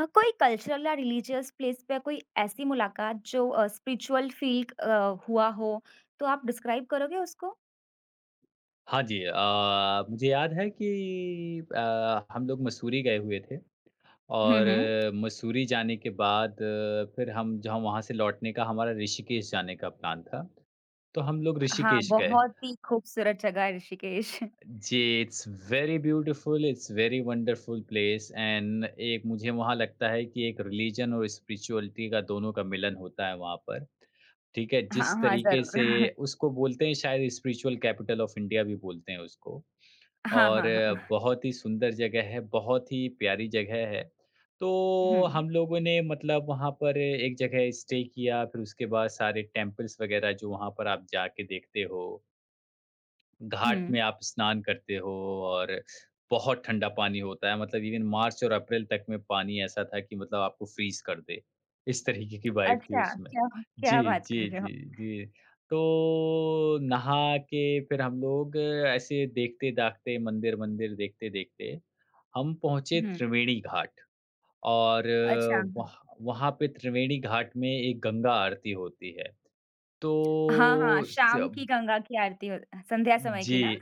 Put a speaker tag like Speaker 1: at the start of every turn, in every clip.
Speaker 1: कोई कल्चरल या religious place पे कोई ऐसी मुलाकात जो स्पिरिचुअल फील हुआ हो, तो आप डिस्क्राइब करोगे उसको?
Speaker 2: हाँ जी, मुझे याद है कि हम लोग मसूरी गए हुए थे
Speaker 1: हुँ,
Speaker 2: और
Speaker 1: हुँ।
Speaker 2: मसूरी जाने के बाद फिर हम जहाँ वहाँ से लौटने का हमारा ऋषिकेश जाने का प्लान था, तो हम लोग
Speaker 1: हाँ,
Speaker 2: ऋषिकेश गए।
Speaker 1: बहुत ही खूबसूरत जगह है ऋषिकेश।
Speaker 2: जी, it's very beautiful, it's very wonderful place and एक मुझे वहाँ लगता है कि एक रिलिजन और स्पिरिचुअलिटी का दोनों का मिलन होता है वहाँ पर, ठीक है?
Speaker 1: हाँ,
Speaker 2: जिस
Speaker 1: हाँ,
Speaker 2: तरीके से
Speaker 1: ज़रूर।
Speaker 2: उसको बोलते हैं, शायद स्पिरिचुअल कैपिटल ऑफ इंडिया भी बोलते हैं उसको।
Speaker 1: हाँ,
Speaker 2: और
Speaker 1: हाँ, हाँ।
Speaker 2: बहुत ही सुंदर जगह है, बहुत ही प्यारी जगह है। तो
Speaker 1: हुँ,
Speaker 2: हम लोगों ने मतलब वहाँ पर एक जगह स्टे किया, फिर उसके बाद सारे टेम्पल्स वगैरह जो वहाँ पर आप जाके देखते हो।
Speaker 1: हुँ।
Speaker 2: घाट में आप स्नान करते हो और बहुत ठंडा पानी होता है, मतलब इवन मार्च और अप्रैल तक में पानी ऐसा था कि मतलब आपको फ्रीज कर दे, इस तरीके की वाइब थी
Speaker 1: अच्छा,
Speaker 2: उसमें।
Speaker 1: क्या
Speaker 2: जी
Speaker 1: क्या बात कर
Speaker 2: जी
Speaker 1: रहे हो?
Speaker 2: जी जी। तो नहा के फिर हम लोग ऐसे देखते दाखते मंदिर मंदिर देखते देखते हम पहुंचे
Speaker 1: हुँ।
Speaker 2: त्रिवेणी घाट। और
Speaker 1: अच्छा, हाँ।
Speaker 2: वहाँ वहाँ पे त्रिवेणी घाट में एक गंगा आरती होती है तो
Speaker 1: हाँ, हाँ, शाम की गंगा की आरती हो संध्या समय की
Speaker 2: जी।
Speaker 1: ना?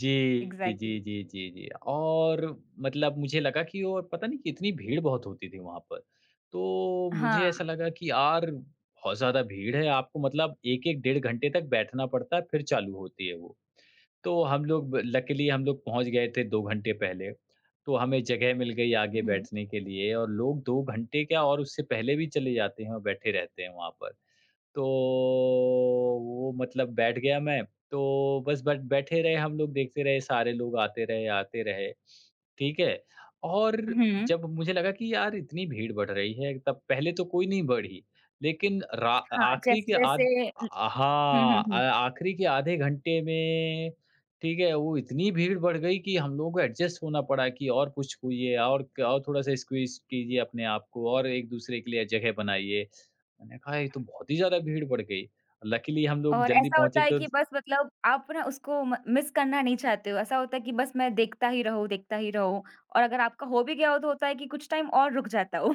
Speaker 2: जी,
Speaker 1: एग्ज़ैक्टली,
Speaker 2: जी, जी, जी, जी। और मतलब मुझे लगा कि और पता नहीं, कितनी भीड़ बहुत होती थी वहाँ पर। तो मुझे
Speaker 1: हाँ।
Speaker 2: ऐसा लगा कि यार बहुत ज़्यादा भीड़ है, आपको मतलब 1-1 डेढ़ घंटे तक बैठना पड़ता है, फिर चालू होती है वो। तो हम लोग ब लकीली हम लोग पहुँच गए थे 2 घंटे पहले, तो हमें जगह मिल गई आगे
Speaker 1: हुँ।
Speaker 2: बैठने के लिए और लोग 2 घंटे क्या, और उससे पहले भी चले जाते हैं और बैठे रहते हैं वहाँ पर। तो वो मतलब बैठ गया मैं, तो बस बट बैठे रहे, हम लोग देखते रहे, सारे लोग आते रहे, ठीक है? और
Speaker 1: हुँ,
Speaker 2: जब मुझे लगा कि यार इतनी भीड़ बढ़ रही है, तब पहले तो कोई नहीं बढ़ी, लेकिन रा
Speaker 1: हाँ,
Speaker 2: आखिरी के आध
Speaker 1: जैसे-जैसे ल
Speaker 2: अ,
Speaker 1: हुँ, हुँ,
Speaker 2: हाँ,
Speaker 1: हुँ।
Speaker 2: आखिरी के आधे घंटे में, ठीक है, वो इतनी भीड़ बढ़ गई कि हम लोगों को एडजस्ट होना पड़ा कि और कुछ छूइए और क और थोड़ा-सा स्क्वीज़ कीजिए अपने आप को और एक-दूसरे के लिए जगह बनाइए। मैंने कहा ये तो बहुत ही ज़्यादा भीड़ पड़ गई। लकीली हम लोग
Speaker 1: और
Speaker 2: जल्दी
Speaker 1: ऐसा होता
Speaker 2: पहुँचे
Speaker 1: है
Speaker 2: तो
Speaker 1: कि बस मतलब आप ना उसको म मिस करना नहीं चाहते हो। ऐसा होता है कि बस मैं देखता ही रहूँ देखता ही रहूँ। और अगर आपका हो भी गया हो तो होता है कि कुछ टाइम और रुक जाता हो।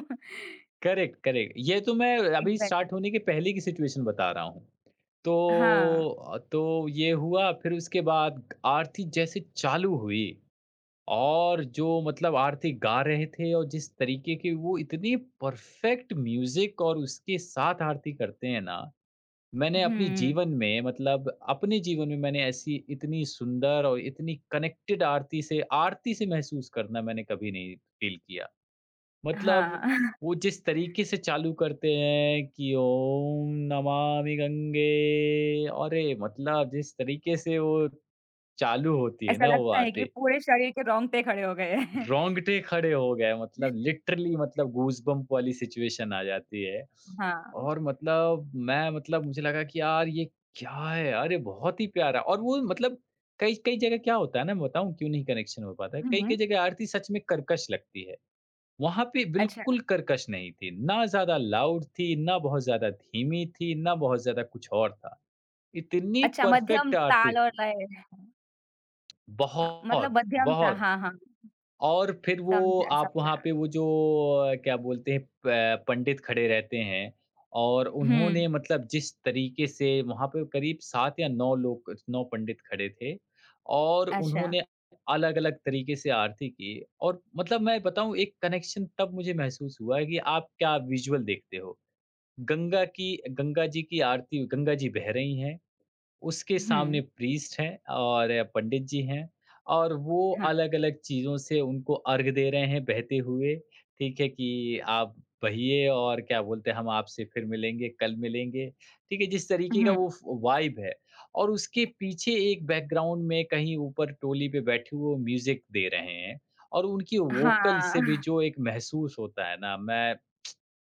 Speaker 2: Correct, correct. ये तो मैं अभी स्टार्ट
Speaker 1: एग्ज़ैक्टली।
Speaker 2: होने के पहले की सिचुएशन बता रहा हूँ।
Speaker 1: हाँ।
Speaker 2: तो तो ये हुआ, फिर उसके बाद आरती जैसे चालू हुई और जो मतलब आरती गा रहे थे और जिस तरीके की वो इतनी परफेक्ट म्यूज़िक और उसके साथ आरती करते हैं ना, मैंने अपने
Speaker 1: हुँ।
Speaker 2: जीवन में मतलब अपने जीवन में मैंने ऐसी इतनी सुंदर और इतनी कनेक्टेड आरती से महसूस करना मैंने कभी नहीं फील किया। मतलब
Speaker 1: हाँ।
Speaker 2: वो जिस तरीके से चालू करते हैं कि ओम नमामि गंगे, अरे! मतलब जिस तरीके से वो चालू होती है
Speaker 1: ऐसा
Speaker 2: ना वो
Speaker 1: लगता है कि
Speaker 2: आरती,
Speaker 1: पूरे शरीर के रोंगटे खड़े हो गए हैं।
Speaker 2: रोंगटे खड़े हो गए, मतलब लिटरली मतलब गूज़बम्प वाली सिचुएशन आ जाती है।
Speaker 1: हाँ।
Speaker 2: और मतलब मैं मतलब मुझे लगा कि यार ये क्या है? अरे बहुत ही प्यारा, और वो मतलब कई कई जगह क्या होता है ना, मैं बताऊँ क्यों नहीं कनेक्शन हो पाता है,
Speaker 1: हुँ।
Speaker 2: कई-कई जगह आरती सच में कर्कश लगती है। वहाँ पे
Speaker 1: अच्छा।
Speaker 2: बिल्कुल कर्कश नहीं थी, ना ज़्यादा लाउड थी, ना बहुत ज़्यादा धीमी थी, ना बहुत ज़्यादा कुछ और था। इतनी
Speaker 1: अच्छा, मध्यम
Speaker 2: परफेक्ट आरती
Speaker 1: ताल और
Speaker 2: थी,
Speaker 1: लय। हाँ, मतलब
Speaker 2: बहुत,
Speaker 1: मध्यम सा,
Speaker 2: बहुत।
Speaker 1: हाँ, हाँ।
Speaker 2: और फिर वो
Speaker 1: समझा,
Speaker 2: आप वहाँ
Speaker 1: समझा।
Speaker 2: पे वो जो क्या बोलते हैं प पंडित खड़े रहते हैं और
Speaker 1: हुँ।
Speaker 2: उन्होंने मतलब जिस तरीके से वहाँ पे करीब 7 या 9 लोग, 9 पंडित खड़े थे और
Speaker 1: अच्छा।
Speaker 2: उन्होंने अलग-अलग तरीके से आरती की। और मतलब मैं बताऊँ, एक कनेक्शन तब मुझे महसूस हुआ कि आप क्या विज़ुअल देखते हो। गंगा की गंगा जी की आरती, गंगा जी बह रही हैं, उसके
Speaker 1: हुँ।
Speaker 2: सामने प्रीस्ट हैं और पंडित जी हैं और वो
Speaker 1: हाँ।
Speaker 2: अलग-अलग चीज़ों से उनको अर्घ दे रहे हैं बहते हुए, ठीक है? कि आप बहिए, और क्या बोलते हैं, हम आपसे फिर मिलेंगे, कल मिलेंगे, ठीक है? जिस तरीके का
Speaker 1: हुँ।
Speaker 2: वो फ वाइब है और उसके पीछे एक बैकग्राउंड में कहीं ऊपर टोली पे बैठे हुए वो म्यूज़िक दे रहे हैं और उनकी वोकल से भी
Speaker 1: हाँ।
Speaker 2: जो एक महसूस होता है ना,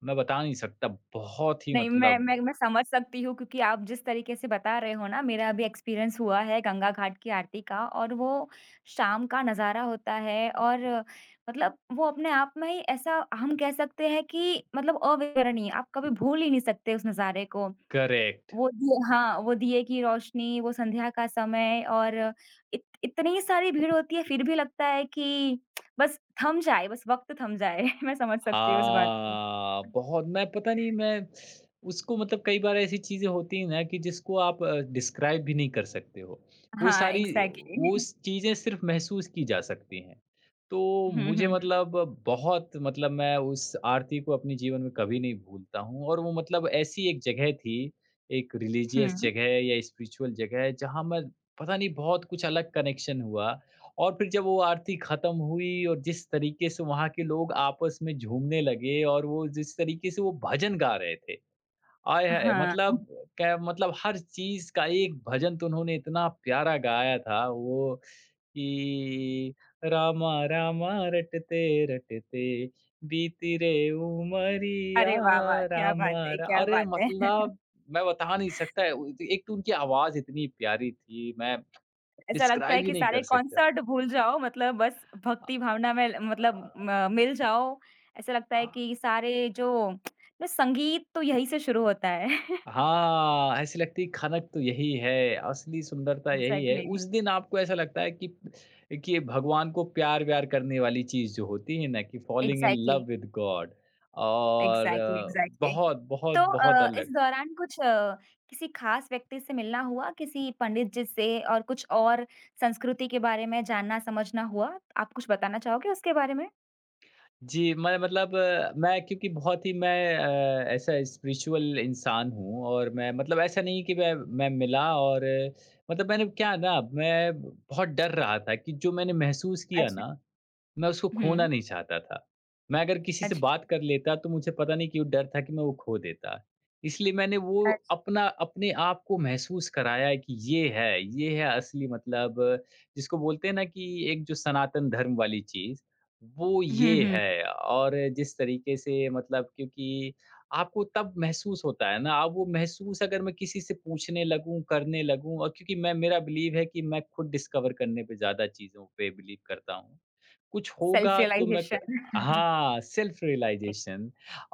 Speaker 2: मैं बता नहीं सकता, बहुत ही
Speaker 1: नहीं, मैं
Speaker 2: मतलब,
Speaker 1: मैं मैं समझ सकती हूँ, क्योंकि आप जिस तरीके से बता रहे हो ना मेरा अभी एक्सपीरियंस हुआ है गंगा घाट की आरती का, और वो शाम का नज़ारा होता है और मतलब वो अपने आप में ही ऐसा हम कह सकते हैं कि मतलब अविवरणीय, आप कभी भूल ही नहीं सकते उस नज़ारे को।
Speaker 2: करेक्ट।
Speaker 1: वो दिए, हाँ, वो दिए की रोशनी, वो संध्या का समय और इत इतनी सारी भीड़ होती है, फिर भी लगता है कि बस थम जाए, बस वक़्त थम जाए। मैं समझ सकती हूँ उस बात को।
Speaker 2: हाँ, बहुत, मैं पता नहीं, मैं उसको मतलब, कई बार ऐसी चीज़ें होती हैं ना कि जिसको आप डिस्क्राइब भी नहीं कर सकते हो। वो
Speaker 1: हाँ,
Speaker 2: सारी
Speaker 1: एग्ज़ैक्टली।
Speaker 2: वो स चीज़ें सिर्फ़ महसूस की जा सकती हैं। तो
Speaker 1: हुँ,
Speaker 2: मुझे
Speaker 1: हुँ।
Speaker 2: मतलब बहुत मतलब, मैं उस आरती को अपने जीवन में कभी नहीं भूलता हूँ और वो मतलब ऐसी एक जगह थी, एक रिलीजियस
Speaker 1: हुँ।
Speaker 2: जगह या स्पिरिचुअल जगह जहाँ मैं पता नहीं, बहुत कुछ अलग कनेक्शन हुआ। और फिर जब वो आरती खत्म हुई और जिस तरीके से वहाँ के लोग आपस में झूमने लगे और वो जिस तरीके से वो भजन गा रहे थे, आय हाय!
Speaker 1: हाँ।
Speaker 2: मतलब क्या, मतलब हर चीज़ का एक भजन तो उन्होंने इतना प्यारा गाया था वो, कि रामा रामा रटते रटते बीती रे उमरिया।
Speaker 1: अरे वाह, वाह! क्या बात
Speaker 2: रामा
Speaker 1: है,
Speaker 2: रा
Speaker 1: क्या
Speaker 2: अरे!
Speaker 1: बात है।
Speaker 2: मतलब मैं बता नहीं सकता, उ एक तो उनकी आवाज़ इतनी प्यारी थी, मैं
Speaker 1: ऐसा लगता
Speaker 2: डिस्क्राइब
Speaker 1: है
Speaker 2: ही
Speaker 1: कि
Speaker 2: नहीं
Speaker 1: सारे
Speaker 2: कर सकता।
Speaker 1: कॉन्सर्ट भूल जाओ, मतलब बस भक्ति भावना में
Speaker 2: अ
Speaker 1: मतलब म मिल जाओ। ऐसा लगता है
Speaker 2: हाँ,
Speaker 1: कि सारे जो जो संगीत तो यहीं से शुरू होता है।
Speaker 2: ऐसी लगती खनक तो यही है, असली सुंदरता यही है।
Speaker 1: एग्ज़ैक्टली।
Speaker 2: उस दिन आपको ऐसा लगता है कि ये भगवान को प्यार-व्यार करने वाली चीज़ जो होती है ना, कि falling in love
Speaker 1: exactly,
Speaker 2: with God. और
Speaker 1: एग्ज़ैक्टली, एग्ज़ैक्टली।
Speaker 2: बहुत, बहुत,
Speaker 1: तो
Speaker 2: बहुत
Speaker 1: इस
Speaker 2: अलग।
Speaker 1: दौरान कुछ किसी खास व्यक्ति से मिलना हुआ? किसी पंडित जी से, और कुछ और संस्कृति के बारे में जानना समझना हुआ? आप कुछ बताना चाहोगे उसके बारे में?
Speaker 2: जी, मैं मतलब मैं क्योंकि बहुत ही मैं ऐसा स्पिरिचुअल इंसान हूँ और मैं मतलब ऐसा नहीं कि मैं मिला और मतलब मैंने क्या ना, मैं बहुत डर रहा था कि जो मैंने महसूस किया
Speaker 1: अच्छा।
Speaker 2: ना, मैं उसको
Speaker 1: हुँ,
Speaker 2: खोना नहीं चाहता था। मैं अगर किसी से
Speaker 1: अच्छा।
Speaker 2: बात कर लेता तो मुझे पता नहीं क्यों डर था कि मैं वो खो देता। इसलिए मैंने वो
Speaker 1: अच्छा।
Speaker 2: अपना अपने आप को महसूस कराया है कि ये है असली मतलब जिसको बोलते हैं ना कि एक जो सनातन धर्म वाली चीज़, वो
Speaker 1: हुँ,
Speaker 2: ये
Speaker 1: हुँ।
Speaker 2: है। और जिस तरीके से मतलब क्योंकि आपको तब महसूस होता है ना, आप वो महसूस, अगर मैं किसी से करने लगूँ, और क्योंकि मैं मेरा बिलीव है कि मैं खुद डिस्कवर करने पे ज़्यादा चीज़ों पे बिलीव करता हूँ। कुछ
Speaker 1: सेल्फ
Speaker 2: होगा तो मैं क
Speaker 1: रियलाइज़ेशन।
Speaker 2: हाँ, सेल्फ
Speaker 1: ए
Speaker 2: रियलाइज़ेशन।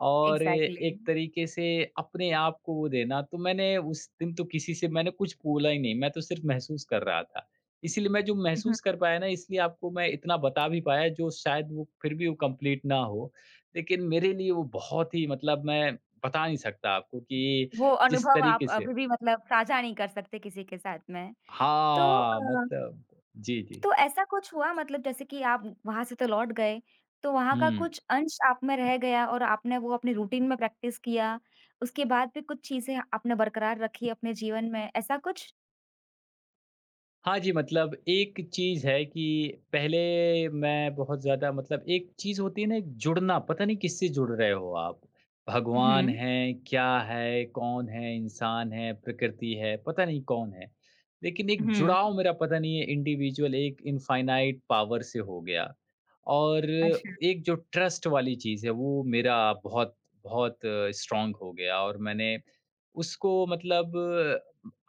Speaker 2: और
Speaker 1: एग्ज़ैक्टली।
Speaker 2: एक तरीके से अपने आप को वो देना, तो मैंने उस दिन तो किसी से मैंने कुछ बोला ही नहीं, मैं तो सिर्फ़ महसूस कर रहा था। इसीलिए मैं जो
Speaker 1: हुँ,
Speaker 2: महसूस कर पाया ना, इसलिए आपको मैं इतना बता भी पाया, जो शायद वो फिर भी वो कंप्लीट ना हो। लेकिन मेरे लिए वो बहुत ही मतलब, मैं बता नहीं सकता आपको कि
Speaker 1: वो
Speaker 2: जिस
Speaker 1: अनुभव आप
Speaker 2: तरीके से,
Speaker 1: अभी भी मतलब साझा नहीं कर सकते किसी के साथ में। तो
Speaker 2: हाँ,
Speaker 1: अ,
Speaker 2: मतलब जी, जी।
Speaker 1: तो ऐसा कुछ हुआ, मतलब जैसे कि आप वहाँ से तो लौट गए, तो वहाँ का
Speaker 2: हुँ।
Speaker 1: कुछ अंश आप में रह गया और आपने वो अपने रूटीन में प्रैक्टिस किया, उसके बाद भी कुछ चीज़ें आपने बरकरार रखी अपने जीवन में, ऐसा कुछ?
Speaker 2: हाँ जी, मतलब एक चीज़ है कि पहले मैं बहुत ज़्यादा मतलब एक चीज़ होती है ना, एक जुड़ना, पता नहीं किससे जुड़ रहे हो आप।
Speaker 1: हुँ,
Speaker 2: भगवान है, क्या है, कौन है, इंसान है, प्रकृति है, पता नहीं कौन है। लेकिन एक
Speaker 1: हुँ।
Speaker 2: जुड़ाव मेरा पता नहीं है, इंडिविजुअल एक इनफ़ाइनाइट पावर से हो गया। और
Speaker 1: अच्छा,
Speaker 2: एक जो ट्रस्ट वाली चीज़ है वो मेरा बहुत, बहुत स्ट्रॉन्ग हो गया और मैंने उसको मतलब,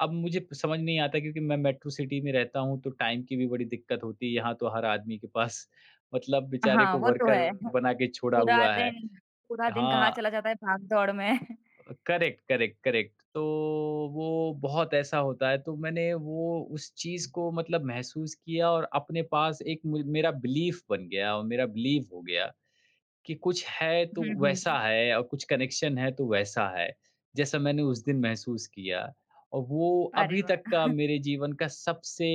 Speaker 2: अब मुझे समझ नहीं आता क्योंकि मैं मेट्रो सिटी में रहता हूँ, तो टाइम की भी बड़ी दिक्कत होती है, यहाँ तो हर आदमी के पास मतलब बेचारे
Speaker 1: हाँ,
Speaker 2: को
Speaker 1: वो तो
Speaker 2: वर्कर
Speaker 1: है।
Speaker 2: बना के छोड़ा
Speaker 1: पूरा
Speaker 2: हुआ है।
Speaker 1: दिन, पूरा दिन कहाँ
Speaker 2: हाँ,
Speaker 1: चला जाता है भाग-दौड़ में।
Speaker 2: Correct, correct, correct. तो वो बहुत ऐसा होता है, तो मैंने वो उस चीज़ को मतलब महसूस किया और अपने पास एक मु मेरा बिलीफ़ बन गया और मेरा बिलीव हो गया। कि कुछ है तो
Speaker 1: हुँ,
Speaker 2: वैसा
Speaker 1: हुँ।
Speaker 2: है और कुछ कनेक्शन है तो वैसा है, जैसा मैंने उस दिन महसूस किया। और वो
Speaker 1: अरे
Speaker 2: अभी तक
Speaker 1: वाह!
Speaker 2: का मेरे जीवन का सबसे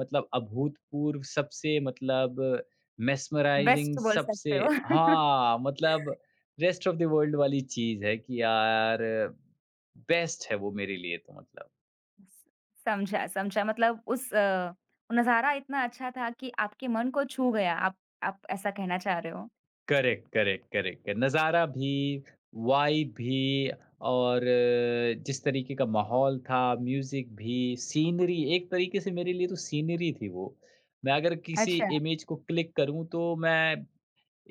Speaker 2: मतलब अभूतपूर्व, सबसे मतलब
Speaker 1: बेस्ट
Speaker 2: मेस्मराइज़िंग,
Speaker 1: तो बोल सकते
Speaker 2: सबसे
Speaker 1: हो।
Speaker 2: हाँ, मतलब रेस्ट ऑफ़ द वर्ल्ड वाली चीज़ है कि यार, बेस्ट है वो मेरे लिए तो मतलब।
Speaker 1: स समझा, समझा, मतलब उस नज़ारा इतना अच्छा था कि आपके मन को छू गया, आप ऐसा कहना चाह रहे हो।
Speaker 2: Correct, correct, correct. नज़ारा भी, वाइब भी और जिस तरीके का माहौल था, म्यूज़िक भी, सीनरी, एक तरीके से मेरे लिए तो सीनरी थी वो। मैं अगर किसी
Speaker 1: अच्छा,
Speaker 2: इमेज को क्लिक करूँ तो मैं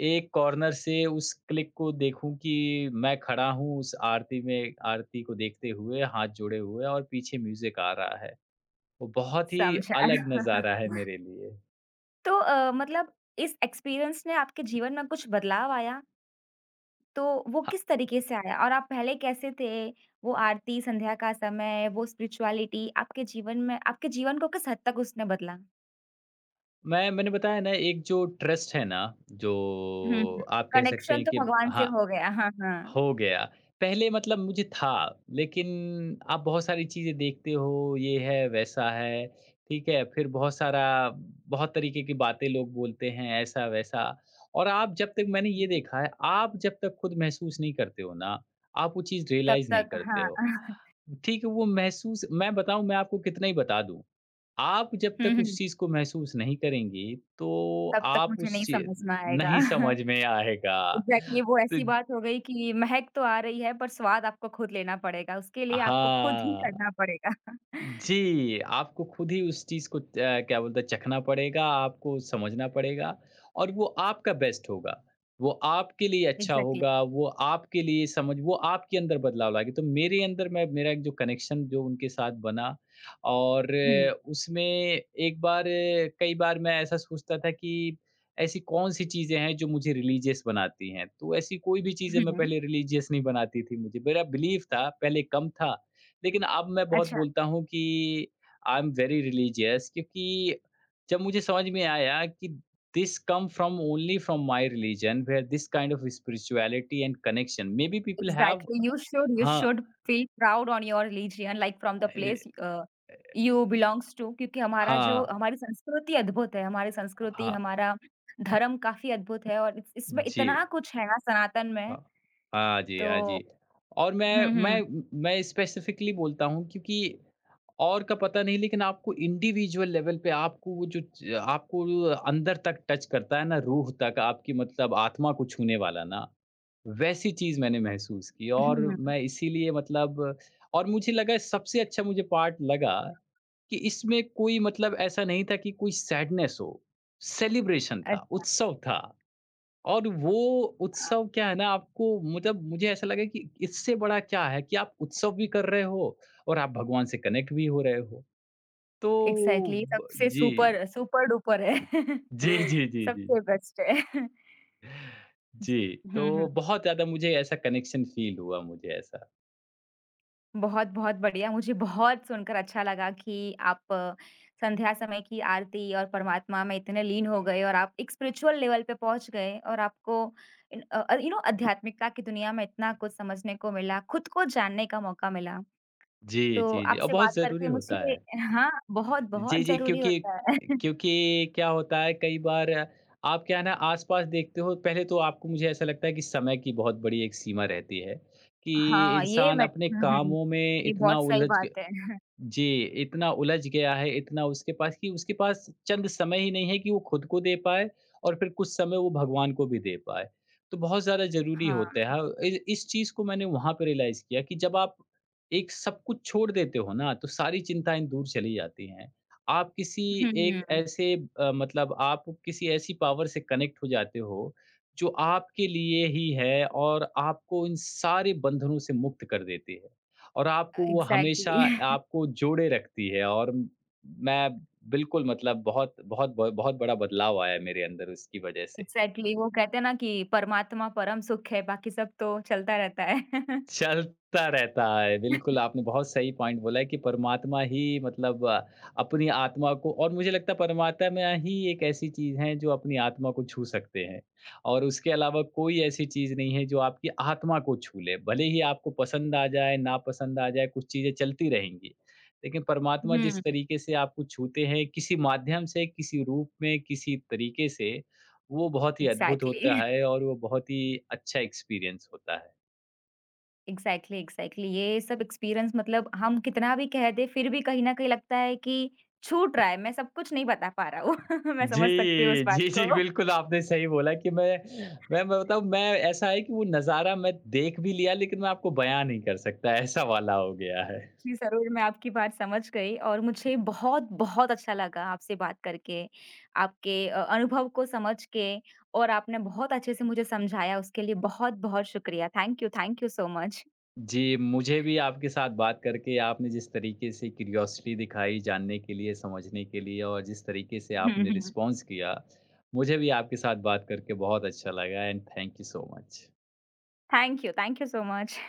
Speaker 2: एक कॉर्नर से उस क्लिक को देखूँ कि मैं खड़ा हूँ उस आरती में, आरती को देखते हुए, हाथ जोड़े हुए, और पीछे म्यूज़िक आ रहा है। वो बहुत ही
Speaker 1: समझा।
Speaker 2: अलग नज़ारा है मेरे लिए।
Speaker 1: तो मतलब इस एक्सपीरियंस ने आपके जीवन में कुछ बदलाव आया, तो वो किस तरीके से आया? और आप पहले कैसे थे? वो आरती, संध्या का समय, वो स्पिरिचुअलिटी आपके जीवन में, आपके जीवन को किस हद तक उसने बदला?
Speaker 2: मैंने बताया ना, एक जो ट्रस्ट है ना जो
Speaker 1: हुँ, हुँ।
Speaker 2: आप कह सकते
Speaker 1: कनेक्शन
Speaker 2: हैं
Speaker 1: तो
Speaker 2: कि
Speaker 1: भगवान से
Speaker 2: हाँ
Speaker 1: हो गया। हाँ, हाँ।
Speaker 2: हो गया। पहले मतलब मुझे था, लेकिन आप बहुत सारी चीज़ें देखते हो, ये है वैसा है, ठीक है, फिर बहुत सारा बहुत तरीके की बातें लोग बोलते हैं ऐसा वैसा, और आप जब तक, मैंने ये देखा है, आप जब तक खुद महसूस नहीं करते हो ना, आप वो चीज़
Speaker 1: तब
Speaker 2: रियलाइज नहीं
Speaker 1: तक,
Speaker 2: करते
Speaker 1: हाँ।
Speaker 2: हो। ठीक है, वो महसूस मैं बताऊँ, मैं आपको कितना ही बता दूँ, आप जब
Speaker 1: हुँ,
Speaker 2: तक उस
Speaker 1: हुँ।
Speaker 2: चीज़ को महसूस नहीं करेंगी, तो
Speaker 1: तब तक
Speaker 2: आप
Speaker 1: मुझे
Speaker 2: उस
Speaker 1: नहीं
Speaker 2: ची
Speaker 1: समझ में आएगा।
Speaker 2: नहीं समझ में आएगा।
Speaker 1: एग्ज़ैक्टली, वो
Speaker 2: तो
Speaker 1: ऐसी बात हो गई कि महक तो आ रही है पर स्वाद आपको खुद लेना पड़ेगा, उसके लिए आपको खुद ही
Speaker 2: हाँ।
Speaker 1: करना पड़ेगा।
Speaker 2: जी, आपको खुद ही उस चीज़ को क्या बोलते हैं, चखना पड़ेगा, आपको समझना पड़ेगा और वो आपका बेस्ट होगा। वो आपके लिए अच्छा
Speaker 1: एग्ज़ैक्टली।
Speaker 2: होगा, वो आपके लिए समझ वो आपके अंदर बदलाव लाएगी। तो मेरे अंदर मैं मेरा एक जो कनेक्शन जो उनके साथ बना और
Speaker 1: हुँ,
Speaker 2: उसमें एक बार कई बार मैं ऐसा सोचता था कि ऐसी कौन-सी चीज़ें हैं जो मुझे रिलीजियस बनाती हैं। तो ऐसी कोई भी चीज़ें मैं
Speaker 1: हुँ।
Speaker 2: पहले रिलीजियस नहीं बनाती थी मुझे। मेरा बिलीफ था, पहले कम था। लेकिन अब मैं बहुत
Speaker 1: अच्छा।
Speaker 2: बोलता हूँ कि आई एम वेरी रिलीजियस क्योंकि जब मुझे समझ में आया कि this come from only from my religion where this kind of spirituality and connection maybe people have.
Speaker 1: Exactly, you should you
Speaker 2: हाँ।
Speaker 1: Should feel proud on your religion, like from the
Speaker 2: a-
Speaker 1: place you belongs to, क्योंकि हमारा जो
Speaker 2: हाँ।
Speaker 1: हमारी संस्कृति अद्भुत है, हमारी संस्कृति,
Speaker 2: हाँ
Speaker 1: हमारा धर्म काफ़ी अद्भुत है, और इस इसमें
Speaker 2: जी।
Speaker 1: इतना कुछ है ना सनातन में।
Speaker 2: हाँ, हाँ जी, हाँ
Speaker 1: तो
Speaker 2: जी। और मैं
Speaker 1: हुँ,
Speaker 2: मैं
Speaker 1: हुँ।
Speaker 2: मैं स्पेसिफिकली बोलता हूँ क्योंकि और का पता नहीं, लेकिन आपको इंडिविजुअल लेवल पे आपको वो जो च आपको जो अंदर तक टच करता है ना, रूह तक आपकी मतलब आत्मा को छूने वाला ना, वैसी चीज़ मैंने महसूस की। और
Speaker 1: हुँ,
Speaker 2: मैं इसीलिए मतलब, और मुझे लगा सबसे अच्छा मुझे पार्ट लगा कि इसमें कोई मतलब ऐसा नहीं था कि कोई सैडनेस हो, सेलिब्रेशन था,
Speaker 1: अच्छा,
Speaker 2: उत्सव था। और वो
Speaker 1: हाँ,
Speaker 2: उत्सव क्या है ना आपको, मतलब मुझे ऐसा लगा कि इससे बड़ा क्या है कि आप उत्सव भी कर रहे हो और आप भगवान से कनेक्ट भी हो रहे हो। तो
Speaker 1: एग्ज़ैक्टली,
Speaker 2: ब
Speaker 1: सबसे
Speaker 2: जी।
Speaker 1: सुपर सुपर डुपर है।
Speaker 2: जी, जी, जी, जी।
Speaker 1: सबसे बेस्ट है। जी।
Speaker 2: जी,
Speaker 1: हुँ, हुँ,
Speaker 2: तो बहुत ज़्यादा मुझे ऐसा कनेक्शन फ़ील हुआ मुझे ऐसा।
Speaker 1: बहुत-बहुत बढ़िया, मुझे बहुत सुनकर अच्छा लगा कि आप संध्या समय की आरती और परमात्मा में इतने लीन हो गए और आप एक स्पिरिचुअल लेवल पे पहुँच गए और आपको इन यू नो आध्यात्मिकता की दुनिया में इतना कुछ समझने को मिला, खुद को जानने का मौका मिला।
Speaker 2: जी,
Speaker 1: तो
Speaker 2: जी, जी और
Speaker 1: आपसे बात
Speaker 2: बहुत ज़रूरी
Speaker 1: करके
Speaker 2: होता
Speaker 1: मुझे
Speaker 2: है।
Speaker 1: हाँ, बहुत-बहुत
Speaker 2: जी, जी,
Speaker 1: ज़रूरी
Speaker 2: क्योंकि
Speaker 1: होता है।
Speaker 2: क्योंकि क्या होता है कई बार आप क्या है ना आस-पास देखते हो पहले तो आपको मुझे ऐसा लगता है कि समय की बहुत बड़ी एक सीमा रहती है, कि
Speaker 1: हाँ, ये
Speaker 2: इंसान
Speaker 1: मैं,
Speaker 2: अपने
Speaker 1: हुँ, हुँ।
Speaker 2: कामों में
Speaker 1: ये
Speaker 2: इतना
Speaker 1: बहुत सही
Speaker 2: उलझ ग
Speaker 1: बात है।
Speaker 2: जी, इतना उलझ गया है, इतना उसके पास कि उसके पास चंद समय ही नहीं है कि वो खुद को दे पाए और फिर कुछ समय वो भगवान को भी दे पाए। तो बहुत ज़्यादा ज़रूरी होता है।
Speaker 1: हाँ,
Speaker 2: हाँ, इ इस चीज़ को मैंने वहाँ पे रियलाइज़ किया कि जब आप एक सब कुछ छोड़ देते हो ना, तो सारी चिंताएँ दूर चली जाती हैं। आप किसी
Speaker 1: हुँ,
Speaker 2: एक ऐसे मतलब आप किसी ऐसी पावर से कनेक्ट हो जाते हो, जो आपके लिए ही है और आपको इन सारे बंधनों से मुक्त कर देती है। और आपको वो हमेशा
Speaker 1: एग्ज़ैक्टली,
Speaker 2: आपको जोड़े रखती है और मैं बिल्कुल मतलब बहुत बहुत बड़ा बदलाव आया है मेरे अंदर उसकी वजह से।
Speaker 1: एग्ज़ैक्टली। वो कहते हैं ना कि परमात्मा परम सुख है, बाकी सब तो चलता रहता है।
Speaker 2: चलता रहता है। बिल्कुल, आपने बहुत सही पॉइंट बोला है कि परमात्मा ही मतलब अपनी आत्मा को, और मुझे लगता है परमात्मा ही एक ऐसी चीज़ है जो अपनी आत्मा को छू सकते हैं और उसके अलावा कोई ऐसी चीज़ नहीं है जो आपकी आत्मा को छू ले। भले ही आपको पसंद आ जाए, नापसंद आ जाए, कुछ चीज़ें चलती रहेंगी। लेकिन परमात्मा
Speaker 1: हुँ,
Speaker 2: जिस तरीके से आपको छूते हैं किसी माध्यम से, किसी रूप में, किसी तरीके से, वो बहुत ही अद्भुत होता
Speaker 1: एग्ज़ैक्टली,
Speaker 2: है और वो बहुत ही अच्छा एक्सपीरियंस होता है।
Speaker 1: एग्ज़ैक्टली, एग्ज़ैक्टली, ये सब एक्सपीरियंस मतलब हम कितना भी कह दें, फिर भी कहीं न कहीं लगता है कि छूट रहा है, मैं सब कुछ नहीं बता पा रहा हूँ। मैं समझ
Speaker 2: जी,
Speaker 1: सकती हूँ उस बात
Speaker 2: जी, जी,
Speaker 1: को।
Speaker 2: बिल्कुल आपने सही बोला कि मैं बताऊँ मैं, ऐसा है कि वो नज़ारा मैं देख भी लिया लेकिन मैं आपको बयाँ नहीं कर सकता, ऐसा वाला हो गया है।
Speaker 1: जी, ज़रूर, मैं आपकी बात समझ गई और मुझे बहुत-बहुत अच्छा लगा आपसे बात करके, आपके अनुभव को समझ के, और आपने बहुत अच्छे से मुझे समझाया, उसके लिए बहुत-बहुत शुक्रिया। Thank you so much.
Speaker 2: जी, मुझे भी आपके साथ बात करके आपने जिस तरीके से क्यूरियोसिटी दिखाई जानने के लिए, समझने के लिए और जिस तरीके से
Speaker 1: हुँ,
Speaker 2: आपने
Speaker 1: हुँ।
Speaker 2: रिस्पॉन्स किया, मुझे भी आपके साथ बात करके बहुत अच्छा लगा and thank you so much.
Speaker 1: Thank you so much.